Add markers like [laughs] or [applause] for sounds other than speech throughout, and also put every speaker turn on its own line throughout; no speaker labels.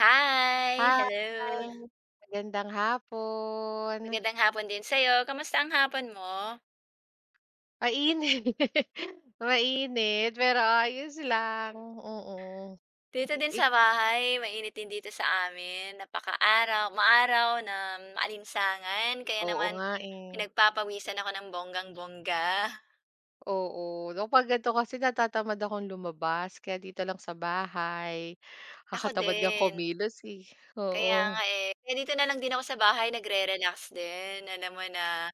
Hi!
Hi,
Hello!
magandang hapon.
Magandang hapon din sa'yo. Kamusta ang hapon mo?
Mainit, [laughs] mainit pero ayos lang, oo.
Dito
I
din sa
ik-
bahay, mainit din dito sa amin. Napaka-araw, Napakaaraw, maaraw na maalinsangan. Kaya
Oo
naman
nga, eh,
pinagpapawisan ako ng bonggang-bongga.
oo. Kapag ganito kasi natatamad akong lumabas kaya dito lang sa bahay.
[laughs] Ako
Nakakatamad ngang
din.
kumilos, eh,
Kaya
oo,
nga eh. Kaya dito na lang din ako sa bahay, nagre-relax din. Alam mo na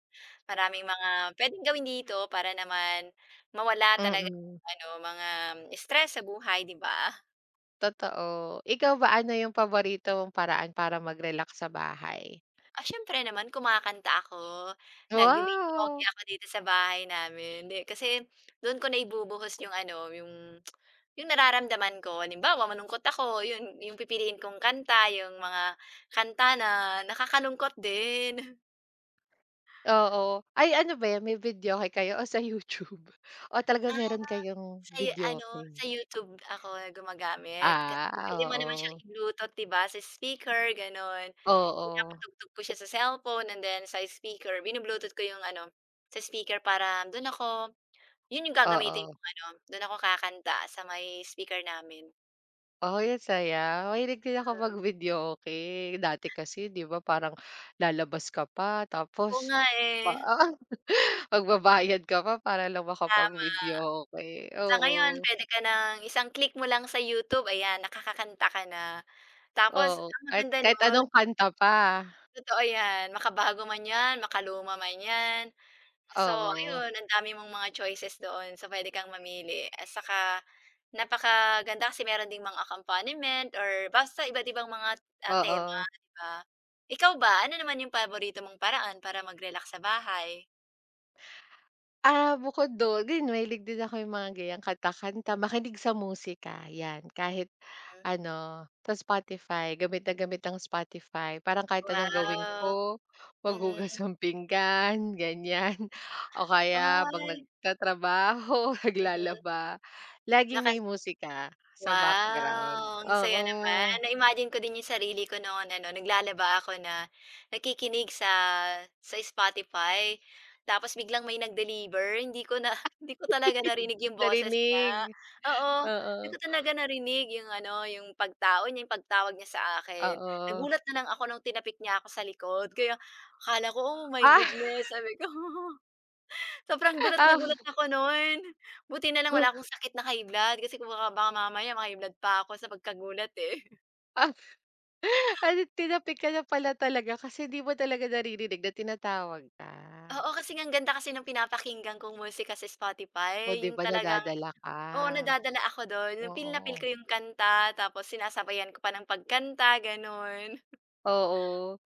maraming mga pwedeng gawin dito para naman mawala talaga
mm,
ano, mga stress sa buhay, di ba?
totoo. Ikaw ba, ano yung paborito mong paraan para mag-relax sa bahay?
Ah, siyempre naman kumakanta ako, nagvi-videoke
Wow!
ako dito sa bahay namin, di kasi do'n ko naibubuhos yung ano, yung nararamdaman ko. Halimbawa malungkot ako, yun yung pipiliin kong kanta, yung mga kanta na nakakalungkot din.
Oo. Ay ano ba 'yan, may videoke kayo o sa YouTube? O talaga
Ah,
meron kayong
sa yu ano,
videoke?
sa YouTube ako gumagamit kasi
Ah,
puwede mo naman siyang
oo.
i-Bluetooth, 'di ba, sa speaker gano'n.
Oo,
Pinapatugtog ko siya sa cellphone and then sa speaker binu-Bluetooth ko yung ano, sa speaker para do'n ako. Yun yung gagamitin
oo.
kong ano, dun ako kakanta sa may speaker namin.
Uy, ang saya. Mahilig din ako mag-videoke. Dati kasi 'di ba parang lalabas ka pa
Oo
tapos
nga, eh.
pa oo, [laughs] magbabayad ka pa para lang
Um,
makapag-videoke.
sa ngayon
Oo,
puwede ka ng isang click mo lang sa YouTube, ayan nakakakanta ka na. Tapos
oo.
ang
Kahit
maganda
kahit
nun,
anong kanta pa.
totoo yan, makabago man yan, makaluma man yan. So,
Oo,
ayun ang dami mong mga choices doon. So, puwede kang mamili at saka napakaganda kasi meron ding mga accompaniment or basta iba't ibang mga, ah, tema,
oo.
'di ba? Ikaw ba, ano naman yung paborito mong paraan para mag-relax sa bahay?
Ah, bukod do'n, din mahilig din ako yung mga ganyang kanta-kanta, makinig sa musika, 'yan. Kahit
Hmm,
ano, sa Spotify, gamit na gamit ang Spotify. Parang kahit anong gawin
wow,
ko,
mhm.
maghugas ng pinggan, ganyan, [laughs] o kaya 'pag
Ay,
nagtatrabaho, [laughs]
mhm.
naglalaba, laging may musika sa background.
Wow, ang saya naman.
Oo,
Na-imagine ko din yung sarili ko noon ano, naglalaba ako na nakikinig sa Spotify, tapos biglang may nag-deliver. Hindi ko na [laughs] hindi ko talaga narinig yung boses niya.
narinig,
Oo, hindi
oo,
ko talaga narinig yung ano, yung pagtao niya, yung pagtawag niya sa akin.
oo.
Nagulat na lang ako nung tinapik niya ako sa likod, kaya akala ko, "Oh my
Ah,
goodness," sabi ko. [laughs] Sobrang gulat na gulat
[laughs]
ako nun. Buti na lang wala akong sakit na high blood kasi kung baka baka mamaya ma-high blood pa ako sa pagkagulat, eh.
ah. Ay, tinapik ka na pala talaga kasi di mo talaga naririnig na tinatawag ka.
Oo, kasi nga ang ganda kasi ng pinapakinggan kong musika sa Spotify,
O, 'di
yung
ba
talagang
nadadala ka?
oo, nadadala ako dun, yung feel na feel
Oo.
ko yung kanta tapos sinasabayan ko pa ng pagkanta, ganon.
Oo,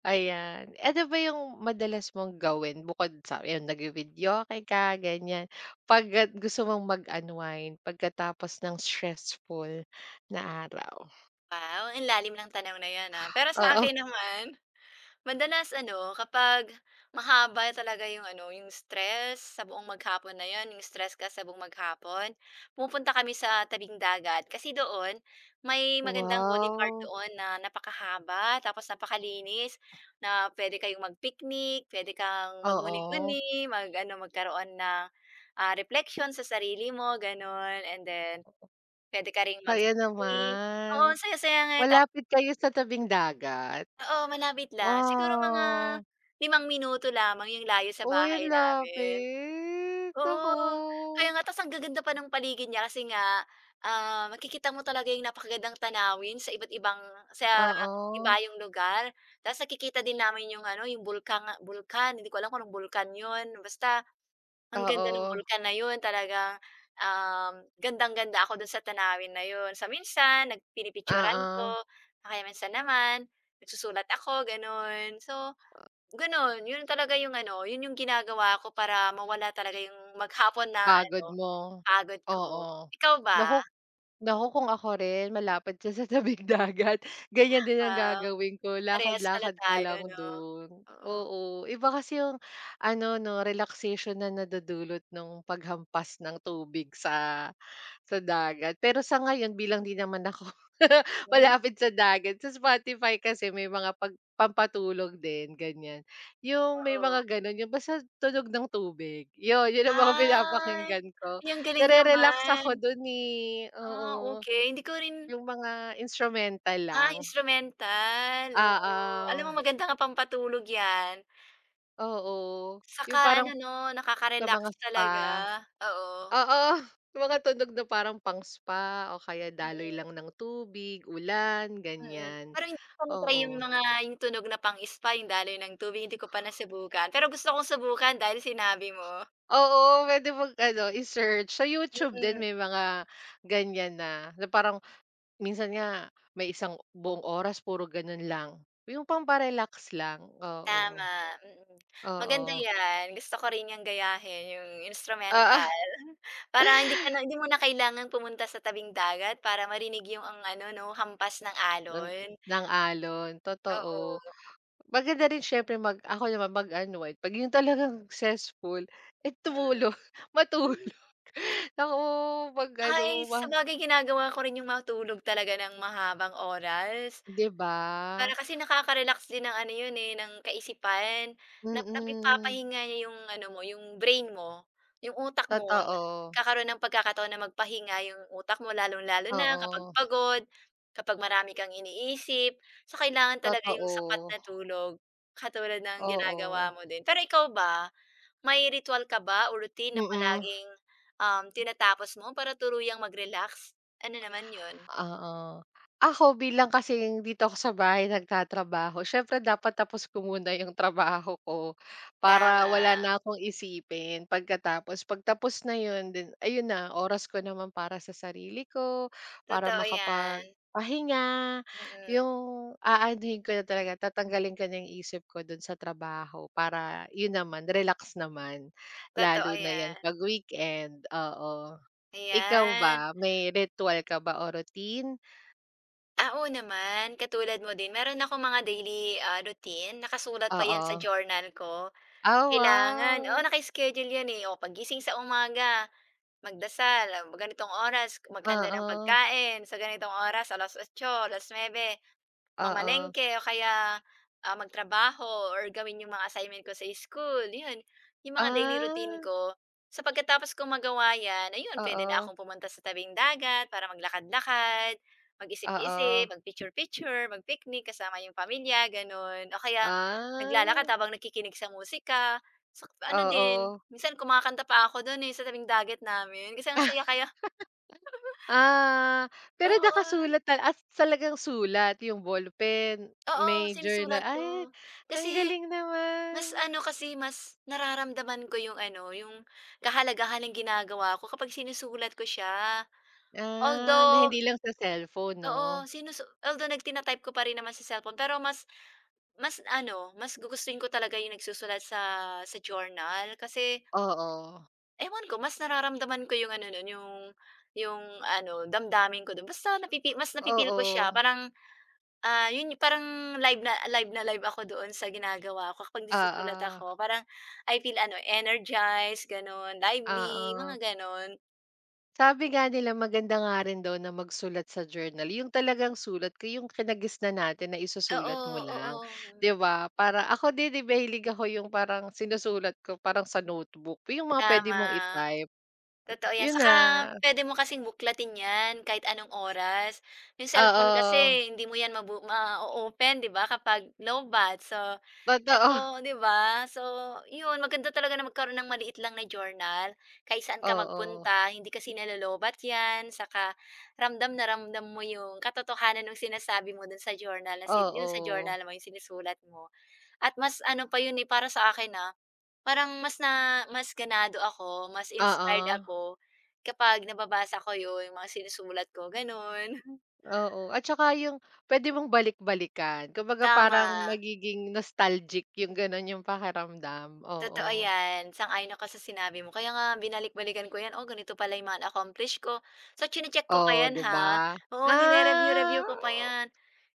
ayan. Ano ba yung madalas mong gawin bukod sa ayun, nagvi-videoke ka, ganyan. 'Pagka gusto mong mag-unwind pagkatapos ng stressful na araw?
Wow, ang lalim ng tanong na yan, ah. Pero sa
Oo.
akin naman, madalas ano, kapag mahaba talaga yung ano, yung stress sa buong maghapon na yun, yung stress ka sa buong maghapon, pumupunta kami sa tabing dagat. Kasi doon, may magandang boulevard
Wow,
doon na napakahaba, tapos napakalinis, na pwede kayong mag-picnic, pwede kang
oo.
magmuni-muni, mag, ano, magkaroon ng ah, reflection sa sarili mo, ganun. And then, pwede ka ring.
Kaya
Oo,
naman.
ang saya-saya nga eh.
Malapit kayo sa tabing dagat?
Oo, malapit lang. Siguro mga
Wow.
5 minuto lamang yung layo sa
Uy,
bahay
ang
namin.
lapit. Naku.
Oo, kaya nga ta's ang gaganda pa ng paligid niya kasi nga, ah, makikita mo talaga yung napakagandang tanawin sa iba't ibang sa
Oo,
ibayong lugar. Ta's nakikita din namin yung ano, yung bulkan nga bulkan, hindi ko alam kung anong bulkan yun, basta ang ganda ng
oo,
bulkan na yun talagang, um, gandang-ganda ako dun sa tanawin na yun. So, minsan pinipicturan ko
oo.
o kaya minsan naman nagsusulat ako gano'n. So, gano'n yun talaga yung ano, yun yung ginagawa ko para mawala talaga yung maghapon na
Pagod
ano,
mo.
pagod ko.
Oo.
Ikaw ba?
Naku, naku kung ako rin malapit siya sa tabing [laughs] dagat, ganyan din ang
Wow,
gagawin ko,
parehas pala
lakad-lakad ka
tayo
lang
'no?
dun.
Oo.
Oo, iba kasi yung ano 'no, relaxation na nadudulot nung paghampas ng tubig sa dagat. Pero sa ngayon bilang di naman ako [laughs]
Hmm,
malapit sa dagat, sa Spotify kasi may mga pag pampatulog din, ganyan. Yung may
oo.
mga gano'n, yung basta tunog ng tubig, yun, yun ang mga
Ay,
pinapakinggan ko.
ay ang galing
Nare-relax
naman.
ako dun, ni, eh,
Ah,
oo.
okey. Hindi ko rin.
Yung mga instrumental
Ah,
lang,
instrumental, oo. Alam mo
oo,
maganda nga pampatulog 'yan.
oo.
Saka
Yung parang
ano 'no,
sa
nakaka-relax
mga spa,
talaga, oo.
oo, yung mga tunog na parang pang-spa o kaya daloy
Mm,
lang ng tubig, ulan,
mm.
ganyan.
Pero hindi ko pa na-try yung
Oo.
mga yung tunog na pang-spa, yung daloy ng tubig, hindi ko pa nasubukan. Pero gusto kong subukan dahil sinabi mo.
Oo, puwede mag-ano, i-search. Sa YouTube din
Mm,
may mga ganyan na, na parang minsan nga may isang buong oras puro gano'n lang, yung pampa lang,
tama,
oo.
mm.
Oo.
Maganda 'yan, gusto ko rin 'yang gayahin, yung
Oo,
instrumental.
[laughs]
[laughs] Para hindi mo na kailangang pumunta sa tabing dagat para marinig ang ano 'no, hampas ng
ng
alon,
ng alon, totoo.
oo.
Maganda rin siyempre ako naman mag-unwind 'pag yung talagang [laughs] successful, eh, tumulog, [laughs]
Mm,
matulog.
mm.
[laughs] Naku, 'pag
Ay,
ano ma
sabagay ginagawa ko rin yung matulog talaga ng mahabang oras.
'di ba?
Para kasi nakaka-relax din ng ano yun, eh, ng kaisipan. Na
Mm,
napipapahinga niya yung ano mo, yung brain mo, yung utak mo.
totoo,
Kakaroon ng pagkakataon na magpahinga yung utak mo lalong-lalo na kapag
oo.
pagod, kapag marami kang iniisip. So, kailangan talaga yung
Totoo,
sapat na tulog, katulad ng
oo.
ginagawa mo din. Pero ikaw ba? May ritual ka ba o routine na
Mm,
palaging, tinatapos mo para turuyang mag-relax? Ano naman yun?
oo. Ako bilang kasing dito ako sa bahay nagtatrabaho, siyempre dapat tapos ko muna yung trabaho ko para
Tama,
wala na akong isipin pagkatapos. 'Pag tapos na yun then ayun na, oras ko naman para sa sarili ko, para
totoo yan.
makapagpahinga.
Mm,
Yung aanuhin ko na talaga, tatanggalin ko na yung isip ko dun sa trabaho para yun naman, relax naman.
totoo
Lalo na yan
yan,
'pag weekend, oo. Ikaw ba,
ayan.
may ritwal ka ba o routine?
Ah, oo naman, katulad mo din meron ako mga daily, ah, routine nakasulat pa yan sa
Oo.
journal ko.
Ah,
Kailangan oo,
wow!
naka-schedule yan, eh. O pagising sa umaga, magdasal, ah, ganitong oras maghanda ng
Oo,
pagkain, sa ganitong oras 8:00, alas 9:00.
oo.
Mamalengke o kaya, ah, magtrabaho or gawin yung mga assignment ko sa school, yun. Yung mga daily routine
Ah,
ko. So, pagkatapos ko magawa yan, ayun puwede na
oo,
akong pumunta sa tabing dagat para maglakad-lakad,
oo.
mag-isip-isip, mag-picture-picture, mag-picnic kasama yung pamilya, gano'n. O kaya
Ah,
naglalakad habang nakikinig sa musika. Sa ano
oo.
din, minsan kumakanta pa ako dun, eh, sa tabing dagat namin kasi ang saya
[laughs]
kaya [laughs]
Ah, pero
Oo.
nakasulat talagang sulat yung ballpen, may
Oo,
journal
sinusulat
ay,
ko.
ang
Kasi
galing naman.
mas ano kasi, mas nararamdaman ko yung ano, yung kahalagahan ng ginagawa ko kapag sinusulat ko siya.
Ah, na
Although
hindi lang sa cellphone 'no?
oo, although type ko pa rin naman sa cellphone, pero mas mas ano, mas gugustuhin ko talaga yung nagsusulat sa journal kasi
Oo,
ewan ko, mas nararamdaman ko yung ano nun, yung ano, damdamin ko dun. Basta mas napipil ko
oo,
siya, parang. Ah, yun yung parang live na live na live ako doon sa ginagawa ko kapag nagsusulat
oo,
ako parang I feel ano, energized, gano'n, lively, mga
oo.
gano'n.
Sabi nga nila maganda nga rin daw na magsulat sa journal, yung talagang sulat ko yung kinagisnan natin na
Oo,
isusulat mo lang,
oo,
'di ba? Para ako din, 'di ba, hilig ako yung parang sinusulat ko parang sa notebook, yung mga puwede mong
tama.
i-type,
Totoo yan,
yun na,
saka puwede mo kasing buklatin yan kahit anong oras. Yung cellphone
oo,
kasi hindi mo yan ma open 'di ba kapag low batt. So,
totoo,
eto 'di ba? So, yun maganda talaga na magkaroon ng maliit lang na journal, kahit saan ka
oo,
magpunta hindi kasi nalo-lowbatt yan, saka ramdam na ramdam mo yung katotohanan ng sinasabi mo dun sa journal yung sa
oo,
journal mo yung sinusulat mo. At mas ano pa yun, eh, para sa akin, ah, parang mas na mas ganado ako, mas inspired
oo,
ako kapag nababasa ko 'yun, yung mga sinusulat ko, gano'n.
oo, at saka yung puwede mong balik-balikan kumbaga
Tama,
parang magiging nostalgic yung gano'n yung pakiramdam, oo.
totoo 'yan, sang-ayon ako sa sinabi mo. Kaya nga binalik-balikan ko 'yan, "Oh, ganito pala 'yung mga accomplish ko." So, chine-check ko pa
Oo,
'yan,
'di
ha.
ba?
Oo,
Ah,
nire-review-review ko pa 'yan.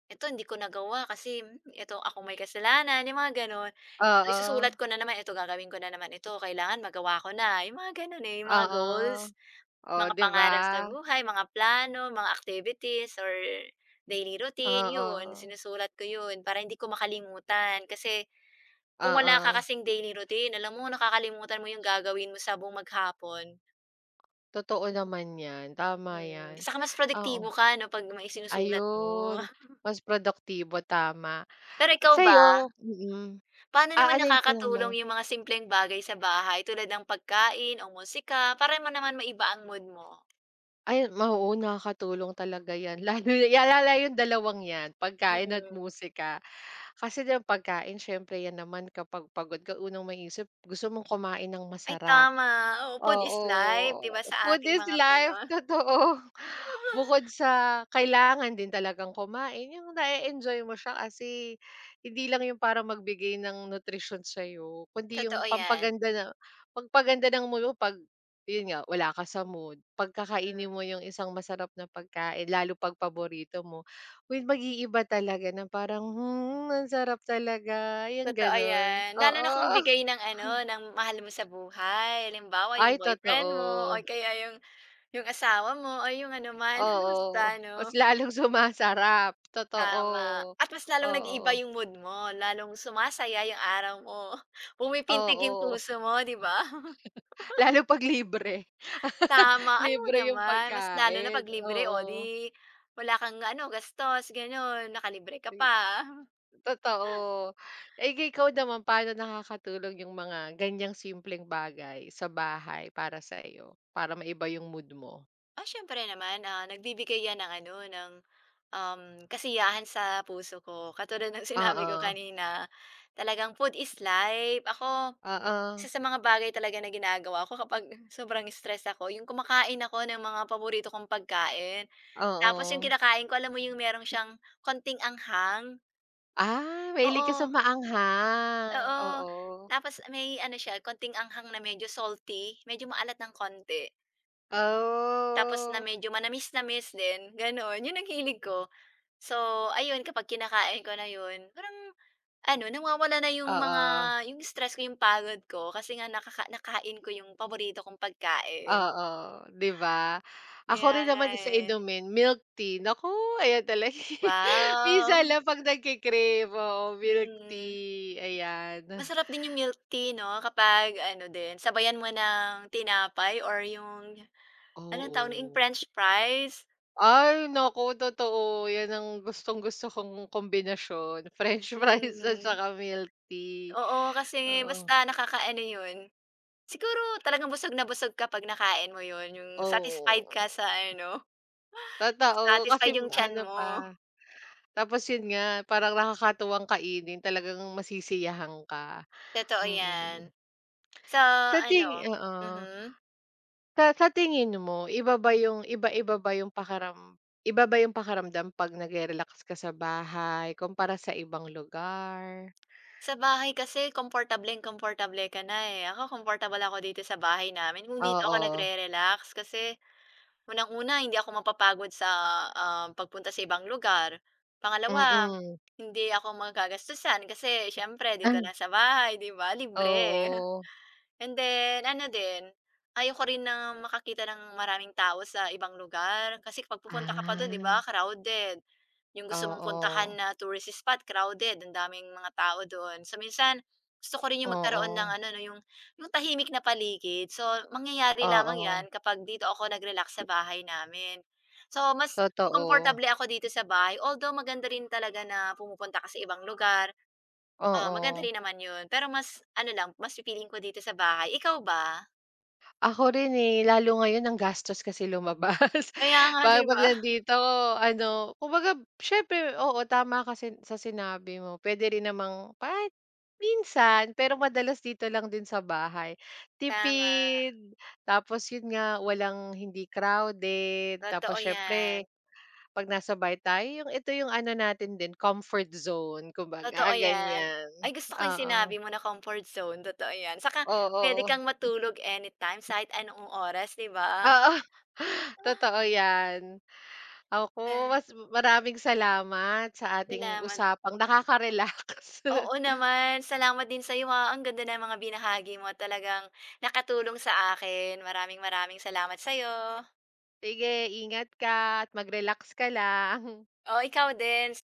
"Ito hindi ko nagawa kasi, ito ako may kasalanan," 'yung mga gano'n. So,
oo,
isusulat ko na naman, "Ito gagawin ko na naman ito, kailangan magawa ko na." 'Yung mga gano'n, eh, 'yung mga
oo.
goals.
Oh,
Mga
'di ba?
pangarap sa buhay, mga plano, mga activities or daily routine, yun
Oo,
sinusulat ko yun para hindi ko makalimutan. Kasi kung wala ka
oo.
kasing daily routine, alam mo nakakalimutan mo yung gagawin mo sa buong maghapon.
Totoo naman 'yan, tama
Mm,
'yan.
saka mas
Oo,
produktibo ka 'no 'pag may isinusulat mo.
ayun,
[laughs]
mas produktibo, tama.
Pero ikaw ba,
Sa'yo mm,
paano
ah,
naman
ano yung tanong mo?
nakakatulong yung mga simpleng bagay sa bahay tulad ng pagkain o musika para mo naman maiba ang mood mo?
Ay, oo, nakakatulong talaga 'yan [laughs] lalo lalo yung dalawang 'yan, pagkain at
Mm.
musika. Kasi 'di pagkain siyempre 'yan naman kapag pagod ka, unang maisip gusto mong kumain ng
Ay
masarap.
tama, oo, food is
Oo,
life 'di ba sa
food
ating
is
mga
life,
Pinoy?
[laughs] totoo. Bukod sa kailangan din talagang kumain, yung na-e-enjoy mo siya kasi hindi lang yung para magbigay ng nutrisyon sa'yo, kundi yung
Totoo 'yan,
pampaganda na pagpaganda ng mood mo 'pag yun nga, wala ka sa mood, pagkakainin mo yung isang masarap na pagkain lalo 'pag paborito mo, uy, mag-iiba talaga na parang, "Hmm, ang sarap talaga." Yung
totoo
gano'n,
'yan. Lalo na kung
oo.
bigay ng ano, ng mahal mo sa buhay. Halimbawa,
Ay,
yung boyfriend mo or
totoo.
kaya yung asawa mo o yung ano man, [laughs]
Oo,
basta
mas
'no,
lalong sumasarap, totoo.
tama. At mas lalong nag-iiba
Oo,
yung mood mo, lalong sumasaya yung araw mo, [laughs] pumipintig yung
oo,
puso mo, 'di ba? [laughs]
lalo 'pag libre,
Tama, ay oo
libre yung
naman, mas lalo na
pagkain,
'pag libre,
oo,
o 'di wala kang ano, gastos gano'n, nakalibre ka
i
pa.
totoo. Eh, ikaw naman paano nakakatulong yung mga ganyang simpleng bagay sa bahay para sa'yo, para maiba yung mood mo?
Ah, siyempre naman, ah, nagbibigay 'yan ng ano, ng kasiyahan sa puso ko. Katulad ng [laughs] sinabi ko
Oo,
kanina, talagang food is life. Ako,
oo,
isa sa mga bagay talaga na ginagawa ko kapag [laughs] sobrang stress ako, yung kumakain ako ng mga paborito kong pagkain. Tapos yung
oo.
kinakain ko, alam mo yung meron siyang konting anghang?
Ah, mahilig ka sa
Oo.
maanghang,
Oo.
oo.
Tapos may ano siya, konting anghang na medyo salty, medyo maalat ng konti. Tapos na
Oh,
medyo manamis-namis din, gano'n. Yun ang hilig ko. So, ayun kapag kinakain ko na yun, parang ano nawawala na yung mga
oo.
yung stress ko, yung pagod ko kasi nga nakain ko yung paborito kong pagkain.
Oo, 'di ba? Ako
Kaya
rin
nga
naman sa
eh.
inumin, milk tea. Naku, ayan talaga [laughs] minsan
Wow!
lang 'pag oo, milk
Mm.
tea, ayan.
Masarap din yung milk tea 'no kapag ano din, sabayan mo ng tinapay or yung anong tawag yung
Oo.
french fries.
Ay naku, totoo, 'yan ang gustong-gusto kong kombinasyon, [laughs] french fries at
Mm.
saka milk tea.
Oo, kasi
Oo,
basta nakakaano yun, siguro talagang busog na busog kapag nakain mo yun, yung satisfied ka
oo,
sa ano.
totoo. Kasi
Satisfied yung tiyan
ano
mo,
pa, tapos 'yun nga, parang nakakatuwang kainin, talagang masisiyahan ka,
totoo 'yan.
mm.
Sa
Sa ting
ano
oo.
mhm,
Sa tingin mo, iba-iba ba yung iba ba yung pakaramdam 'pag nagre-relax ka sa bahay kumpara sa ibang lugar?
bahay kasi komportableng-komportable ka na, eh. Ako komportable ako dito sa bahay namin kung dito ako
Oo,
nagre-relax kasi unang-una hindi ako mapapagod sa, ah, pagpunta sa ibang lugar. Pangalawa,
mm,
hindi ako magagastusan kasi siyempre dito
ah,
lang sa bahay, 'di ba, libre.
oo.
And then ano din, ayoko rin na makakita ng maraming tao sa ibang lugar kasi kapag pupunta ka pa dun 'di
Ah,
ba, crowded. Yung gusto mong puntahan
oo,
na tourist spot crowded, ang daming mga tao dun. So minsan, gusto ko rin yung
oo,
magkaroon ng
oo,
ano 'no, yung tahimik na paligid. So mangyayari lamang 'yan
oo,
kapag dito ako nag-relax sa bahay namin. So mas
totoo,
komportable ako dito sa bahay although maganda rin talaga na pumupunta ka sa ibang lugar. Ah, maganda
oo.
rin naman yun, pero mas ano lang, mas pipiliin ko dito sa bahay. Ikaw ba?
Ako rin, eh, lalo ngayon ang gastos kasi lumabas.
Kaya
[laughs]
nga, 'di
Parang 'pag
ba?
nandito ano, kumbaga siyempre oo, tama kasi sa sinabi mo. Puwede rin namang kahit minsan, pero madalas dito lang din sa bahay.
Tama,
Tipid, tapos yun nga, walang hindi crowded,
totoo
tapos
'yan,
siyempre 'pag nasa bahay tayo, yung ito yung ano natin din, comfort zone kumbaga,
totoo
ah,
'yan.
ganyan.
Ay, gusto ko yung sinabi
Oo.
mo na comfort zone, totoo 'yan. Saka
Oo,
puwede
oo.
kang matulog anytime, sa kahit anong oras, 'di ba?
Oo, [laughs] totoo yan. Ako,
Ay,
mas maraming salamat sa ating
salamat.
usapang nakaka-relax.
Oo
[laughs]
naman, salamat din sa iyo. Ang ganda ng mga binahagi mo talagang nakatulong sa akin. Maraming maraming salamat sa iyo.
Sige, ingat ka at mag-relax ka lang.
Oh, ikaw din.